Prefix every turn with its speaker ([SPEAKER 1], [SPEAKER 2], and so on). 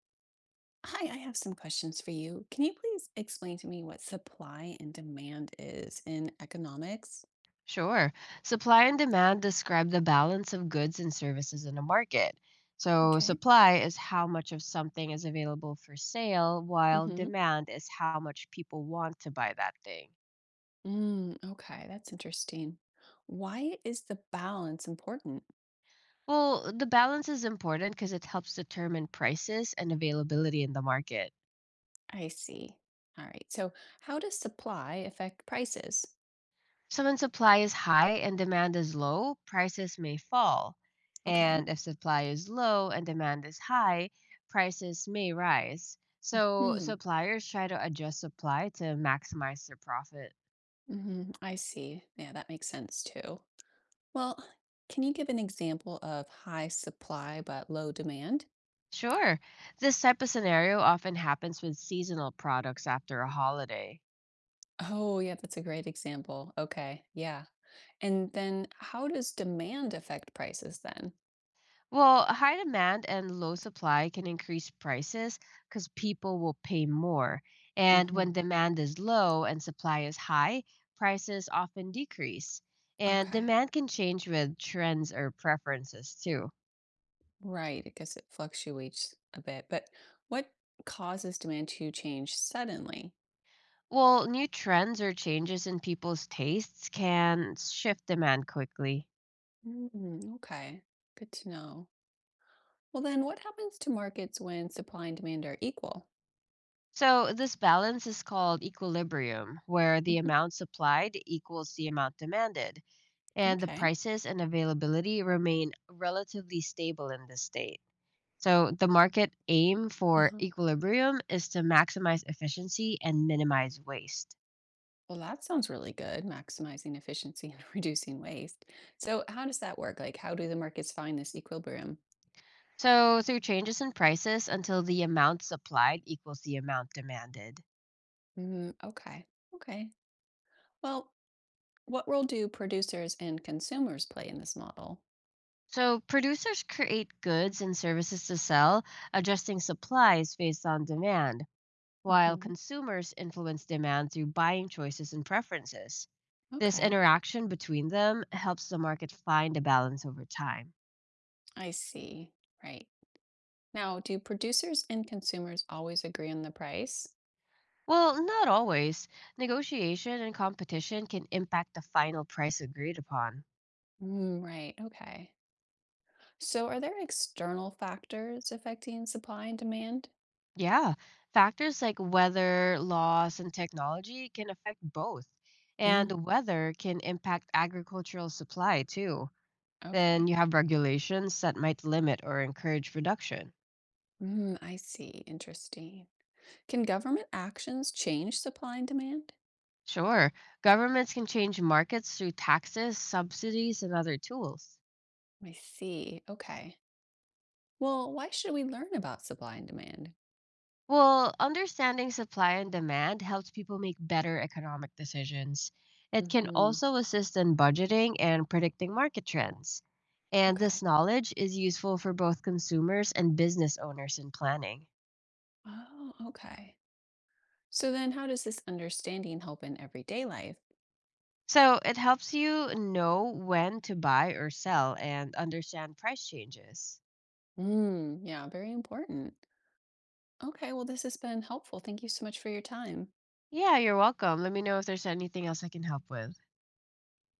[SPEAKER 1] Hi, I have some questions for you. Can you please explain to me what supply and demand is in economics?
[SPEAKER 2] Sure. Supply and demand describe the balance of goods and services in a market. So,
[SPEAKER 1] Okay.
[SPEAKER 2] supply is how much of something is available for sale, while
[SPEAKER 1] Mm-hmm.
[SPEAKER 2] demand is how much people want to buy that thing.
[SPEAKER 1] Mm, okay, that's interesting. Why is the balance important?
[SPEAKER 2] Well, the balance is important because it helps determine prices and availability in the market.
[SPEAKER 1] I see. All right. So, how does supply affect prices?
[SPEAKER 2] So when supply is high and demand is low, prices may fall.
[SPEAKER 1] Okay.
[SPEAKER 2] And if supply is low and demand is high, prices may rise. So
[SPEAKER 1] Hmm.
[SPEAKER 2] suppliers try to adjust supply to maximize their profit.
[SPEAKER 1] Mm-hmm. I see. Yeah, that makes sense too. Well, can you give an example of high supply but low demand?
[SPEAKER 2] Sure, this type of scenario often happens with seasonal products after a holiday.
[SPEAKER 1] Oh, yeah, that's a great example. Okay. Yeah. And then how does demand affect prices then?
[SPEAKER 2] Well, high demand and low supply can increase prices because people will pay more. And when
[SPEAKER 1] Hmm.
[SPEAKER 2] demand is low and supply is high, prices often decrease. And
[SPEAKER 1] Okay.
[SPEAKER 2] demand can change with trends or preferences too.
[SPEAKER 1] Right. I guess it fluctuates a bit. But what causes demand to change suddenly?
[SPEAKER 2] Well, new trends or changes in people's tastes can shift demand quickly.
[SPEAKER 1] Mm, okay. Good to know. Well, then what happens to markets when supply and demand are equal?
[SPEAKER 2] So, this balance is called equilibrium, where the
[SPEAKER 1] Mhm.
[SPEAKER 2] amount supplied equals the amount demanded. And the
[SPEAKER 1] Okay.
[SPEAKER 2] prices and availability remain relatively stable in this state. So the market aim for
[SPEAKER 1] Uh-huh.
[SPEAKER 2] equilibrium is to maximize efficiency and minimize waste.
[SPEAKER 1] Well, that sounds really good, maximizing efficiency and reducing waste. So, how does that work? Like, how do the markets find this equilibrium?
[SPEAKER 2] So through changes in prices until the amount supplied equals the amount demanded.
[SPEAKER 1] Mm, okay. Okay. Well, what role do producers and consumers play in this model?
[SPEAKER 2] So producers create goods and services to sell, adjusting supplies based on demand, while
[SPEAKER 1] Hmm.
[SPEAKER 2] consumers influence demand through buying choices and preferences. This
[SPEAKER 1] Okay.
[SPEAKER 2] interaction between them helps the market find a balance over time.
[SPEAKER 1] I see. Right. Now, do producers and consumers always agree on the price?
[SPEAKER 2] Well, not always. Negotiation and competition can impact the final price agreed upon.
[SPEAKER 1] Mm, right. Okay. So, are there external factors affecting supply and demand?
[SPEAKER 2] Yeah, factors like weather, laws, and technology can affect both.
[SPEAKER 1] Mm.
[SPEAKER 2] And weather can impact agricultural supply too. Then
[SPEAKER 1] Okay.
[SPEAKER 2] you have regulations that might limit or encourage production.
[SPEAKER 1] Mm, I see. Interesting. Can government actions change supply and demand?
[SPEAKER 2] Sure, governments can change markets through taxes, subsidies, and other tools.
[SPEAKER 1] I see. Okay. Well, why should we learn about supply and demand?
[SPEAKER 2] Well, understanding supply and demand helps people make better economic decisions. It can
[SPEAKER 1] Hmm.
[SPEAKER 2] also assist in budgeting and predicting market trends. And
[SPEAKER 1] Okay.
[SPEAKER 2] this knowledge is useful for both consumers and business owners in planning.
[SPEAKER 1] Oh, okay. So then how does this understanding help in everyday life?
[SPEAKER 2] So it helps you know when to buy or sell and understand price changes.
[SPEAKER 1] Mm, yeah, very important. Okay, well, this has been helpful. Thank you so much for your time.
[SPEAKER 2] Yeah, you're welcome. Let me know if there's anything else I can help with.